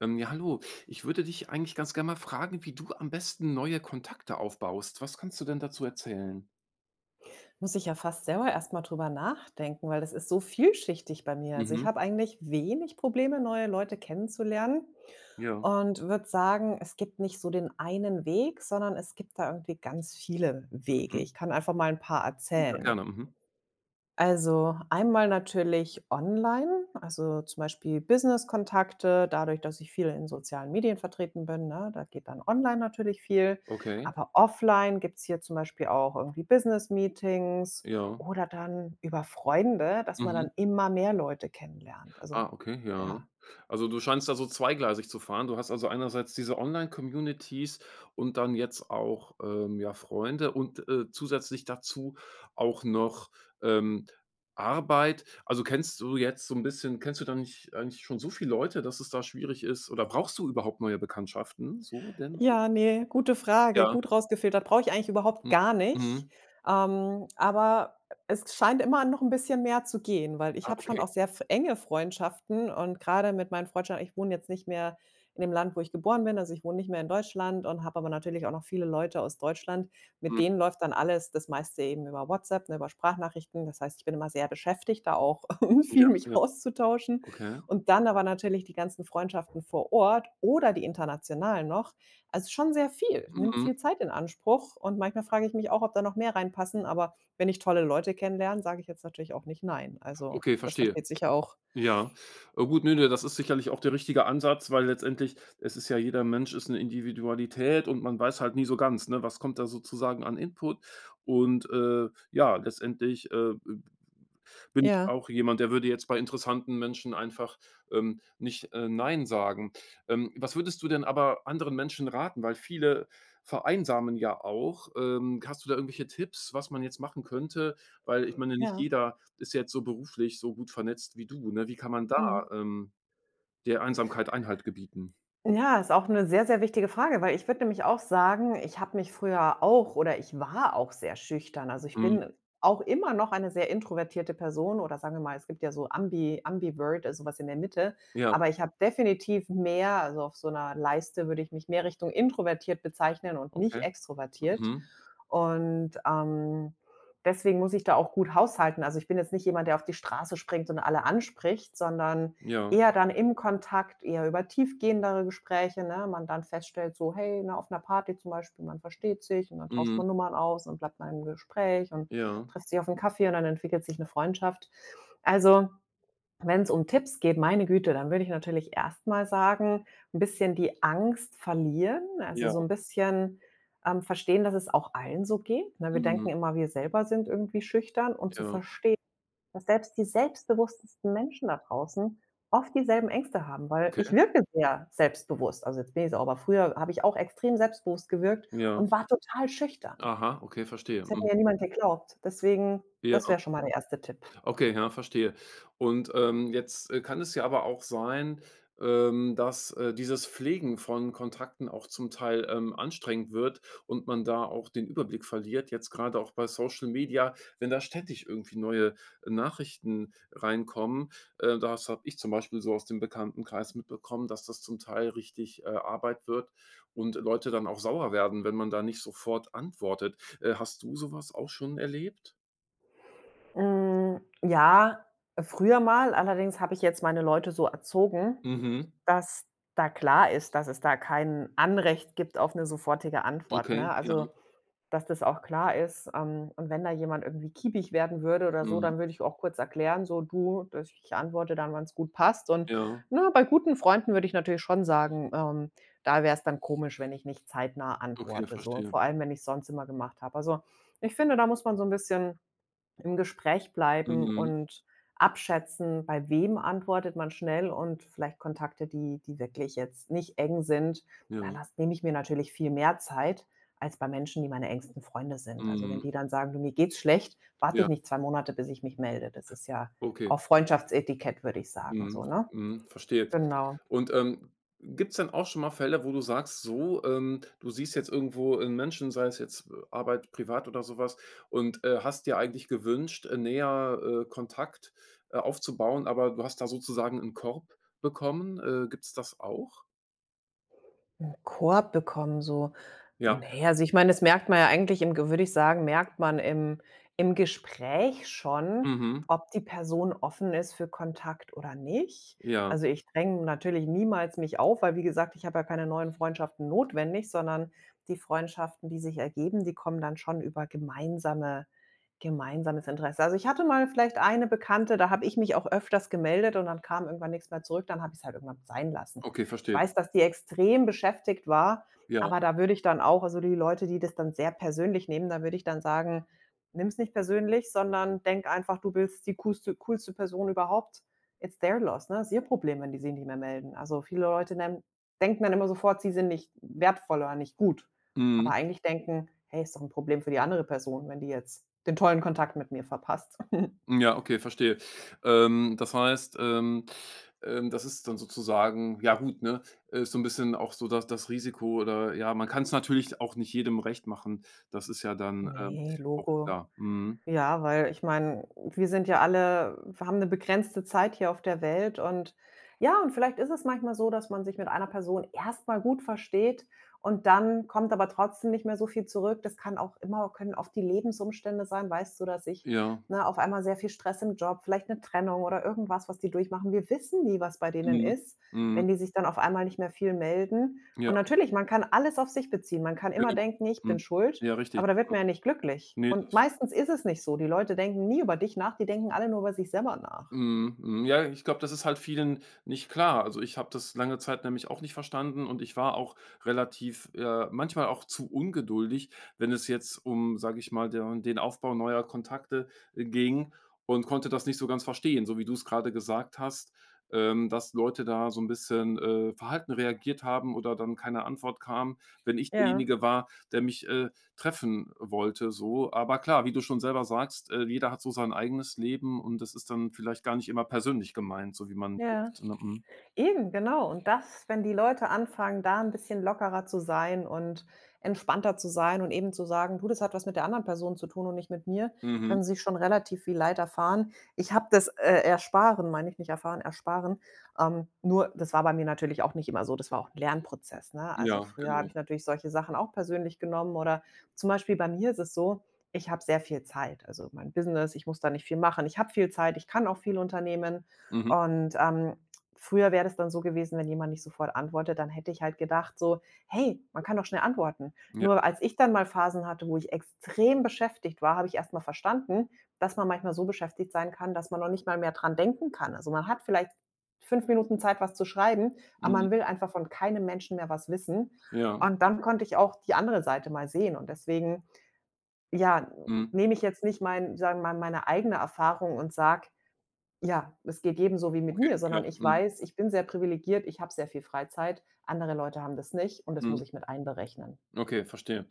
Ja, hallo. Ich würde dich eigentlich ganz gerne mal fragen, wie du am besten neue Kontakte aufbaust. Was kannst du denn dazu erzählen? Muss ich ja fast selber erstmal drüber nachdenken, weil das ist so vielschichtig bei mir. Also, ich Mhm. habe eigentlich wenig Probleme, neue Leute kennenzulernen Ja. und würde sagen, es gibt nicht so den einen Weg, sondern es gibt da irgendwie ganz viele Wege. Mhm. Ich kann einfach mal ein paar Ja, erzählen. gerne. Mhm. Also einmal natürlich online, also zum Beispiel Business-Kontakte, dadurch, dass ich viel in sozialen Medien vertreten bin, ne, da geht dann online natürlich viel. Okay. Aber offline gibt es hier zum Beispiel auch irgendwie Business-Meetings Ja. oder dann über Freunde, dass man Mhm. dann immer mehr Leute kennenlernt. Also Ah, okay, ja. ja. Also, du scheinst da so zweigleisig zu fahren. Du hast also einerseits diese Online-Communities und dann jetzt auch, ja, Freunde und, zusätzlich dazu auch noch, ähm, Arbeit. Also, kennst du da nicht eigentlich schon so viele Leute, dass es da schwierig ist, oder brauchst du überhaupt neue Bekanntschaften so denn? Ja, ne, gute Frage, Ja. gut rausgefiltert. Brauche ich eigentlich überhaupt Mhm. gar nicht. Mhm. Aber es scheint immer noch ein bisschen mehr zu gehen, weil ich Ah, habe schon okay. auch sehr f enge Freundschaften, und gerade mit meinen Freundschaften, ich wohne jetzt nicht mehr in dem Land, wo ich geboren bin, also ich wohne nicht mehr in Deutschland und habe aber natürlich auch noch viele Leute aus Deutschland. Mit Mhm. denen läuft dann alles das meiste eben über WhatsApp, ne, über Sprachnachrichten. Das heißt, ich bin immer sehr beschäftigt, da auch Ja, viel mich ja. auszutauschen. Okay. Und dann aber natürlich die ganzen Freundschaften vor Ort oder die internationalen noch, also, schon sehr viel, nimmt Mhm. viel Zeit in Anspruch, und manchmal frage ich mich auch, ob da noch mehr reinpassen, aber wenn ich tolle Leute kennenlerne, sage ich jetzt natürlich auch nicht nein. Also, Okay, das verstehe. versteht sich ja auch. Ja, gut, ne, ne, das ist sicherlich auch der richtige Ansatz, weil letztendlich, es ist ja, jeder Mensch ist eine Individualität und man weiß halt nie so ganz, ne, was kommt da sozusagen an Input, und, ja, letztendlich, bin ich Ja, auch jemand, der würde jetzt bei interessanten Menschen einfach, nicht, nein sagen. Was würdest du denn aber anderen Menschen raten? Weil viele vereinsamen ja auch. Hast du da irgendwelche Tipps, was man jetzt machen könnte? Weil ich meine, nicht ja, jeder ist jetzt so beruflich so gut vernetzt wie du, ne? Wie kann man da, mhm. ähm, der Einsamkeit Einhalt gebieten? Ja, ist auch eine sehr, sehr wichtige Frage, weil ich würde nämlich auch sagen, ich habe mich früher auch, oder ich war auch sehr schüchtern. Also, ich Mhm. bin auch immer noch eine sehr introvertierte Person, oder sagen wir mal, es gibt ja so Ambivert, also sowas in der Mitte, Ja, aber ich habe definitiv mehr, also auf so einer Leiste würde ich mich mehr Richtung introvertiert bezeichnen und okay. nicht extrovertiert. Mhm. Und deswegen muss ich da auch gut haushalten. Also, ich bin jetzt nicht jemand, der auf die Straße springt und alle anspricht, sondern Ja. eher dann im Kontakt, eher über tiefgehendere Gespräche, ne? Man dann feststellt so: „Hey, ne, auf einer Party zum Beispiel, man versteht sich und dann tauscht Mhm. man Nummern aus und bleibt mal im Gespräch und Ja. trifft sich auf einen Kaffee und dann entwickelt sich eine Freundschaft.“ Also, wenn es um Tipps geht, meine Güte, dann würde ich natürlich erst mal sagen, ein bisschen die Angst verlieren, also Ja. so ein bisschen verstehen, dass es auch allen so geht, ne? Wir denken Mhm. immer, wir selber sind irgendwie schüchtern, und zu Ja. verstehen, dass selbst die selbstbewusstesten Menschen da draußen oft dieselben Ängste haben, weil Okay. ich wirke sehr selbstbewusst. Also, jetzt bin ich so, aber früher habe ich auch extrem selbstbewusst gewirkt Ja. und war total schüchtern. Aha, okay, verstehe. Das hätte Mhm. mir ja niemand geglaubt. Deswegen, Ja. das wäre schon mal der erste Tipp. Okay, ja, verstehe. Und, jetzt, kann es ja aber auch sein, dass, dieses Pflegen von Kontakten auch zum Teil, anstrengend wird und man da auch den Überblick verliert, jetzt gerade auch bei Social Media, wenn da ständig irgendwie neue Nachrichten reinkommen. Das habe ich zum Beispiel so aus dem Bekanntenkreis mitbekommen, dass das zum Teil richtig, Arbeit wird und Leute dann auch sauer werden, wenn man da nicht sofort antwortet. Hast du sowas auch schon erlebt? Hm, ja, früher mal, allerdings habe ich jetzt meine Leute so erzogen, Mhm. dass da klar ist, dass es da kein Anrecht gibt auf eine sofortige Antwort, Okay, ne? ja. Also, dass das auch klar ist. Und wenn da jemand irgendwie kiepig werden würde oder so, Mhm. dann würde ich auch kurz erklären, so: „Du, das ich antworte dann, wann es gut passt.“ Und, Ja, ne, bei guten Freunden würde ich natürlich schon sagen, da wäre es dann komisch, wenn ich nicht zeitnah okay, antworte, so, verstehe. vor allem, wenn ich's sonst immer gemacht habe. Also, ich finde, da muss man so ein bisschen im Gespräch bleiben Mhm. und abschätzen, bei wem antwortet man schnell, und vielleicht Kontakte, die wirklich jetzt nicht eng sind. Ja. Da lass nehme ich mir natürlich viel mehr Zeit als bei Menschen, die meine engsten Freunde sind. Also, wenn Mhm. die dann sagen: „Du, mir geht's schlecht“, warte Ja, ich nicht 2 Monate, bis ich mich melde. Das ist ja okay. auch Freundschaftsetikett, würde ich sagen Mhm. so, ne? Mhm. Verstehe. Genau. Und, gibt's dann auch schon mal Fälle, wo du sagst so, du siehst jetzt irgendwo einen Menschen, sei es jetzt, Arbeit, privat oder sowas, und, hast dir eigentlich gewünscht, näher, Kontakt, aufzubauen, aber du hast da sozusagen einen Korb bekommen. Gibt's das auch? Korb bekommen, so. Ja. Ne, also ich meine, das merkt man ja eigentlich im Ge würde ich sagen, merkt man im Gespräch schon, Mhm. ob die Person offen ist für Kontakt oder nicht. Ja. Also, ich dränge natürlich niemals mich auf, weil wie gesagt, ich habe ja keine neuen Freundschaften notwendig, sondern die Freundschaften, die sich ergeben, die kommen dann schon über gemeinsames Interesse. Also, ich hatte mal vielleicht eine Bekannte, da habe ich mich auch öfters gemeldet und dann kam irgendwann nichts mehr zurück, dann habe ich es halt irgendwann sein lassen. Okay, Ich verstehe. weiß, dass die extrem beschäftigt war, Ja. aber da würde ich dann auch, also, die Leute, die das dann sehr persönlich nehmen, da würde ich dann sagen: „Nimm's nicht persönlich, sondern denk einfach, du bist die coolste Person überhaupt. It's their loss“, ne? Ist ihr Problem, wenn die sich nicht mehr melden. Also, viele Leute nennen denken dann immer sofort, sie sind nicht wertvoll oder nicht gut. Mhm. Aber eigentlich denken: „Hey, ist doch ein Problem für die andere Person, wenn die jetzt den tollen Kontakt mit mir verpasst.“ Hm, ja, okay, verstehe. Das heißt, das ist dann sozusagen ja gut, ne? Ist so ein bisschen auch so das Risiko, oder ja, man kann es natürlich auch nicht jedem recht machen. Das ist ja dann, Ne, auch Logo. klar. Mhm. Ja, weil ich meine, wir sind ja alle, wir haben eine begrenzte Zeit hier auf der Welt, und ja, und vielleicht ist es manchmal so, dass man sich mit einer Person erstmal gut versteht und dann kommt aber trotzdem nicht mehr so viel zurück. Das kann auch immer Können auch die Lebensumstände sein, weißt du, dass ich, Ja. ne, auf einmal sehr viel Stress im Job, vielleicht eine Trennung oder irgendwas, was die durchmachen. Wir wissen nie, was bei denen Mhm. ist, Mhm. wenn die sich dann auf einmal nicht mehr viel melden. Ja, Und natürlich, man kann alles auf sich beziehen. Man kann immer genau. denken: „Ich bin Mhm. schuld.“ Ja, richtig. Aber da wird man ja nicht glücklich. Ne, Und meistens ist es nicht so. Die Leute denken nie über dich nach, die denken alle nur über sich selber nach. mhm, mhm. Ja, ich glaube, das ist halt vielen nicht klar. Also, ich habe das lange Zeit nämlich auch nicht verstanden und ich war auch relativ manchmal auch zu ungeduldig, wenn es jetzt um, sage ich mal, den Aufbau neuer Kontakte ging und konnte das nicht so ganz verstehen, so wie du es gerade gesagt hast, dass Leute da so ein bisschen, verhalten reagiert haben oder dann keine Antwort kam, wenn ich Ja, derjenige war, der mich, treffen wollte so. Aber klar, wie du schon selber sagst, jeder hat so sein eigenes Leben und das ist dann vielleicht gar nicht immer persönlich gemeint, so wie man ja. denkt, ne? Mhm. Eben, genau. Und das, wenn die Leute anfangen, da ein bisschen lockerer zu sein und entspannter zu sein und eben zu sagen: „Du, das hat was mit der anderen Person zu tun und nicht mit mir“, Mhm. können sie schon relativ viel Leid erfahren. Ich habe das, ersparen meine ich, nicht erfahren, ersparen. Nur das war bei mir natürlich auch nicht immer so. Das war auch ein Lernprozess, ne? Also, Ja, früher habe ich genau. natürlich solche Sachen auch persönlich genommen, oder zum Beispiel bei mir ist es so, ich habe sehr viel Zeit. Also, mein Business, ich muss da nicht viel machen. Ich habe viel Zeit, ich kann auch viel unternehmen, Mhm. und früher wäre das dann so gewesen, wenn jemand nicht sofort antwortet, dann hätte ich halt gedacht so: „Hey, man kann doch schnell antworten.“ Ja. Nur als ich dann mal Phasen hatte, wo ich extrem beschäftigt war, habe ich erst mal verstanden, dass man manchmal so beschäftigt sein kann, dass man noch nicht mal mehr dran denken kann. Also, man hat vielleicht 5 Minuten Zeit, was zu schreiben, aber Mhm. man will einfach von keinem Menschen mehr was wissen. Ja. Und dann konnte ich auch die andere Seite mal sehen, und deswegen, ja, Mhm. nehme ich jetzt nicht mein sagen wir mal, meine eigene Erfahrung und sage: ja, es geht jedem so wie mit Okay, mir, ja. sondern ich Mhm. weiß, ich bin sehr privilegiert, ich habe sehr viel Freizeit. Andere Leute haben das nicht und das Mhm. muss ich mit einberechnen. Okay, verstehe.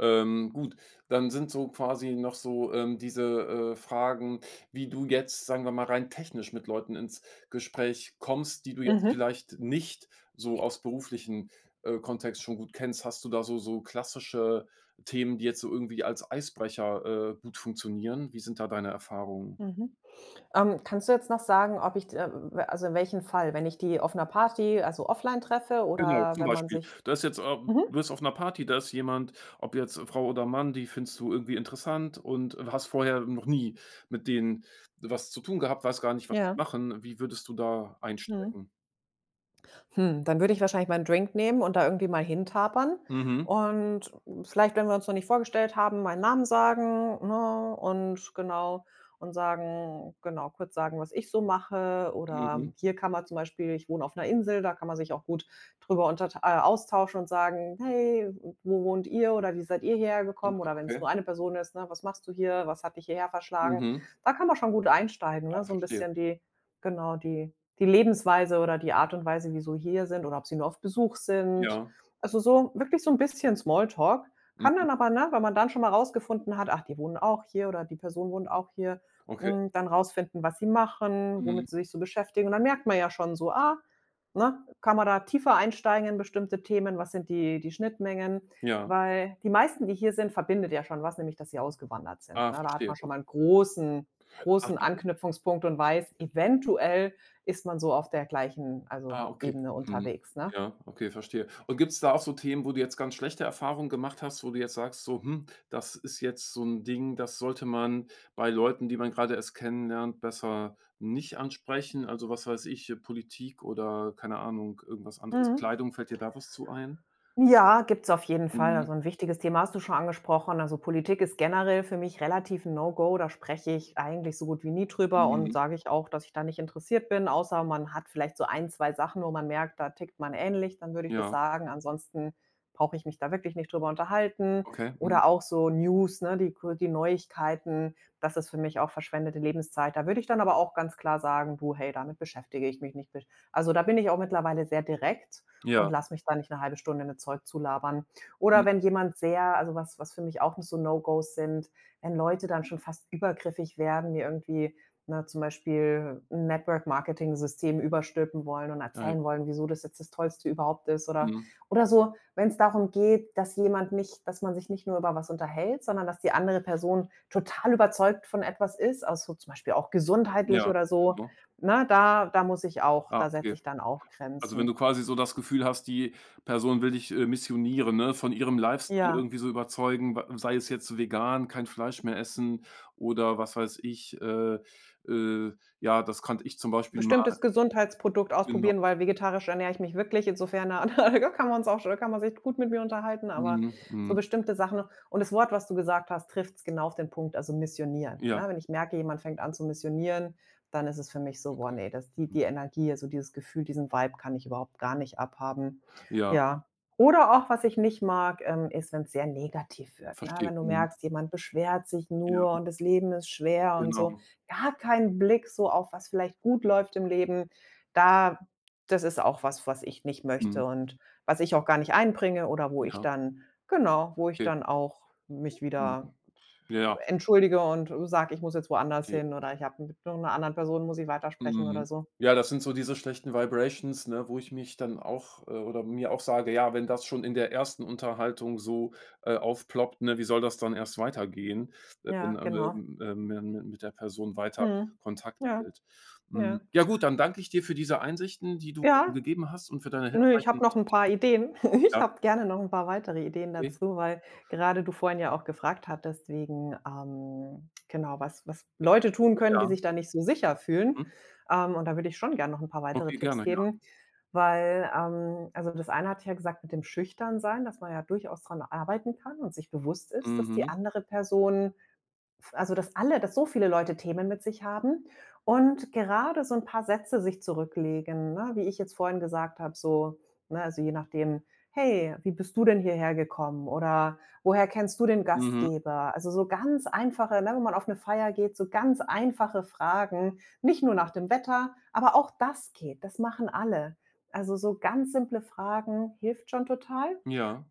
Gut, dann sind so quasi noch so, diese, Fragen, wie du jetzt, sagen wir mal, rein technisch mit Leuten ins Gespräch kommst, die du jetzt Mhm, vielleicht nicht so aus beruflichen, Kontext schon gut kennst. Hast du da so klassische Themen, die jetzt so irgendwie als Eisbrecher, gut funktionieren? Wie sind da deine Erfahrungen? mhm. Kannst du jetzt noch sagen, ob ich, w also in welchem Fall, wenn ich die auf 'ner Party, also offline treffe, Genau, oder zum wenn man Beispiel. sich Da ist jetzt, Mhm. du bist auf 'ner Party, da ist jemand, ob jetzt Frau oder Mann, die findest du irgendwie interessant und hast vorher noch nie mit denen was zu tun gehabt, weißt gar nicht, was die Ja. machen. Wie würdest du da Mhm. einsteigen? Hm, dann würde ich wahrscheinlich meinen Drink nehmen und da irgendwie mal hintapern Mhm. und vielleicht, wenn wir uns noch nicht vorgestellt haben, meinen Namen sagen, ne, und genau, und sagen, genau, kurz sagen, was ich so mache, oder Mhm. hier kann man zum Beispiel, ich wohne auf einer Insel, da kann man sich auch gut drüber untert austauschen und sagen: „Hey, wo wohnt ihr oder wie seid ihr hierher gekommen?“ Oder wenn es Okay. nur eine Person ist, ne: „Was machst du hier? Was hat dich hierher verschlagen?“ Mhm. Da kann man schon gut einsteigen, Ah, ne, so ein verstehe. bisschen die genau, die Lebensweise oder die Art und Weise, wieso hier sind oder ob sie nur auf Besuch sind. Ja. Also, so wirklich so ein bisschen Smalltalk. Kann Mhm. dann aber, ne, wenn man dann schon mal rausgefunden hat: „Ach, die wohnen auch hier oder die Person wohnt auch hier“, Okay. hm, dann rausfinden, was sie machen, Mhm. womit sie sich so beschäftigen. Und dann merkt man ja schon so, ah, ne, kann man da tiefer einsteigen in bestimmte Themen, was sind die Schnittmengen? Ja. Weil die meisten, die hier sind, verbindet ja schon was, nämlich dass sie ausgewandert sind, Ah, ne? Da hat verstehe. man O schon mal einen großen Aha. Anknüpfungspunkt und weiß, eventuell ist man so auf der gleichen, also Ah, okay. Ebene Mhm. unterwegs, ne? Ja, okay, verstehe. Und gibt's da auch so Themen, wo du jetzt ganz schlechte Erfahrungen gemacht hast, wo du jetzt sagst, so, das ist jetzt so ein Ding, das sollte man bei Leuten, die man gerade erst kennenlernt, besser nicht ansprechen? Also, was weiß ich, Politik oder keine Ahnung, irgendwas anderes. Mhm. Kleidung, fällt dir da was zu ein? Ja, gibt's auf jeden Fall. Mhm, Also, ein wichtiges Thema hast du schon angesprochen. Also, Politik ist generell für mich relativ 'n No-Go. Da spreche ich eigentlich so gut wie nie drüber und mhm. sage ich auch, dass ich da nicht interessiert bin, außer man hat vielleicht so ein, 2 Sachen, wo man merkt, da tickt man ähnlich, dann würde ich das Ja, sagen. Ansonsten brauche ich mich da wirklich nicht drüber unterhalten. okay. Mhm. Oder auch so News, ne, die Neuigkeiten, das ist für mich auch verschwendete Lebenszeit. Da würde ich dann aber auch ganz klar sagen: „Du, hey, damit beschäftige ich mich nicht.“ Also, da bin ich auch mittlerweile sehr direkt Ja. und lass mich da nicht eine halbe Stunde mit Zeug zulabern. Mhm. Oder wenn jemand sehr, also, was für mich auch so No-Gos sind, wenn Leute dann schon fast übergriffig werden, mir irgendwie, na, zum Beispiel 'n Network-Marketing-System überstülpen wollen und Ah ja. erzählen wollen, wieso das jetzt das Tollste überhaupt ist, oder Mhm. oder so, wenn es darum geht, dass jemand nicht, dass man sich nicht nur über was unterhält, sondern dass die andere Person total überzeugt von etwas ist, also, so zum Beispiel auch gesundheitlich Ja, oder so, genau. na, da muss ich auch, Ah, da okay. setze ich dann auch Also, wenn du Grenzen. quasi so das Gefühl hast, die Person will dich, missionieren, ne, von ihrem Lifestyle Ja. irgendwie so überzeugen, wa sei es jetzt vegan, kein Fleisch mehr essen oder was weiß ich, äh, ja, das kannte ich zum Beispiel mal, Bestimmtes Gesundheitsprodukt genau. ausprobieren, weil vegetarisch ernähre ich mich wirklich. Insofern, na, da kann man uns auch schon, kann man sich gut mit mir unterhalten, aber Mhm, so mhm. bestimmte Sachen. Und das Wort, was du gesagt hast, trifft es genau auf den Punkt, also missionieren, Ja, ne? Wenn ich merke, jemand fängt an zu missionieren, dann ist es für mich so: „Boah, okay. ne, das, die Mhm. die Energie, also dieses Gefühl, diesen Vibe kann ich überhaupt gar nicht abhaben.“ Ja, Ja. Oder auch, was ich nicht mag, ist, wenn es sehr negativ wird, ne? verstehe. Wenn du Mhm. merkst, jemand beschwert sich Ja, nur und das Leben ist schwer und so. genau. Gar keinen Blick so auf, was vielleicht gut läuft im Leben. Da, das ist auch was, was ich nicht Mhm. möchte und was ich auch gar nicht einbringe, oder wo ich Ja, dann, genau, wo ich okay. dann auch mich Mhm. wieder Ja, ja, entschuldige und sage, ich muss jetzt woanders hin oder ich habe mit einer anderen Person, muss ich weitersprechen oder mhm. so. Ja, das sind so diese schlechten Vibrations, ne, wo ich mich dann auch oder mir auch sage: „Ja, wenn das schon in der ersten Unterhaltung so, aufploppt, ne, wie soll das dann erst weitergehen, wenn, Ja, genau. Man mit der Person weiter Mhm. Kontakt Ja, hält?“ ja. Ja gut, dann danke ich dir für diese Einsichten, die du Ja, gegeben hast, und für deine nö, ich hilfreichen habe noch 'n Tipps. paar Ideen. Ich Ja, habe gerne noch 'n paar weitere Ideen okay. dazu, weil gerade du vorhin ja auch gefragt hattest wegen, genau, was Leute tun können, die Ja. sich da nicht so sicher fühlen. Mhm. Und da würde ich schon gern noch 'n paar weitere Okay, Tipps gerne, ja. geben, weil, also das eine hatte ich ja gesagt mit dem Schüchternsein, dass man ja durchaus dran arbeiten kann und sich bewusst ist, dass die Mhm. andere Person, also dass alle, dass so viele Leute Themen mit sich haben und gerade so ein paar Sätze sich zurücklegen, ne, wie ich jetzt vorhin gesagt habe, so, ne, also je nachdem: „Hey, wie bist du denn hierher gekommen?“ oder „Woher kennst du den Mhm. Gastgeber?“ Also so ganz einfache, ne, wenn man auf eine Feier geht, so ganz einfache Fragen, nicht nur nach dem Wetter, aber auch das geht, das machen alle. Also so ganz simple Fragen hilft schon total, Ja,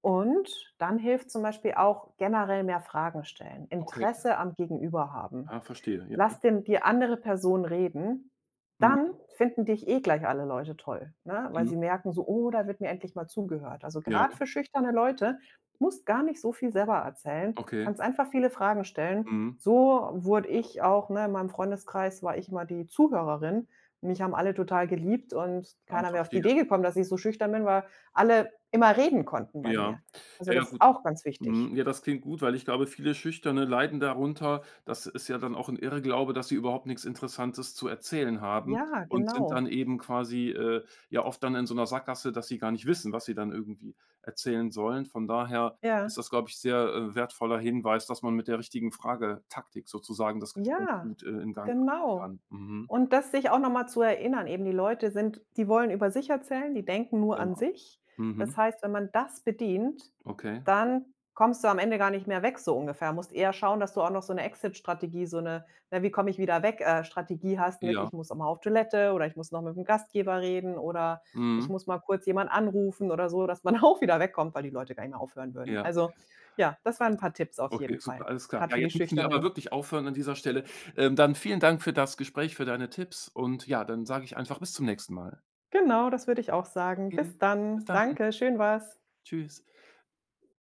und dann hilft zum Beispiel auch generell mehr Fragen stellen, okay. Interesse am Gegenüber haben. Ah, verstehe, ja. Lass den, die andere Person reden, dann Mhm, finden dich eh gleich alle Leute toll, ne? Weil mhm. sie merken so: „Oh, da wird mir endlich mal zugehört.“ Also, Ja, gerade für schüchterne Leute, musst gar nicht so viel selber erzählen, okay. kannst einfach viele Fragen stellen. Mhm. So wurde ich auch, ne, in meinem Freundeskreis war ich immer die Zuhörerin. Mich haben alle total geliebt und Ah, keiner wäre auf die verstehe. Idee gekommen, dass ich so schüchtern bin, weil alle immer reden konnten bei Ja. mir. Also, Ja, ja, das ist gut. auch ganz wichtig. Mhm. Ja, das klingt gut, weil ich glaube, viele Schüchterne leiden darunter. Das ist ja dann auch ein Irrglaube, dass sie überhaupt nichts Interessantes zu erzählen haben, Ja, und sind genau. dann eben quasi, ja, oft dann in so einer Sackgasse, dass sie gar nicht wissen, was sie dann irgendwie erzählen sollen. Von daher ist Ja. das, glaube ich, sehr, wertvoller Hinweis, dass man mit der richtigen Fragetaktik sozusagen das Gespräch Ja, gut, in Gang halten genau. kann. Mhm. Und das sich auch noch mal zu erinnern, eben die Leute sind, die wollen über sich erzählen, die denken nur an Ja. sich. Das Mhm. heißt, wenn man das bedient, Okay. dann kommst du am Ende gar nicht mehr weg, so ungefähr. Musst eher schauen, dass du auch noch so eine Exit-Strategie, so eine, ne, wie komme ich wieder weg, Strategie hast mit: Ja. „Ich muss noch mal auf Toilette“ oder „Ich muss noch mit dem Gastgeber reden“ oder „Ich Mhm. muss mal kurz jemand anrufen“ oder so, dass man auch wieder wegkommt, weil die Leute gar nicht mehr aufhören würden. Ja. Also, ja, das waren ein paar Tipps auf Okay, jeden super, Fall, alles klar. gerade Ja, für die jetzt müssen wir aber Schüchternen. wirklich aufhören an dieser Stelle. Dann vielen Dank für das Gespräch, für deine Tipps, und ja, dann sage ich einfach bis zum nächsten Mal. Genau, das würde ich auch sagen. Okay, Bis bis dann. dann. Danke, schön war's. Tschüss.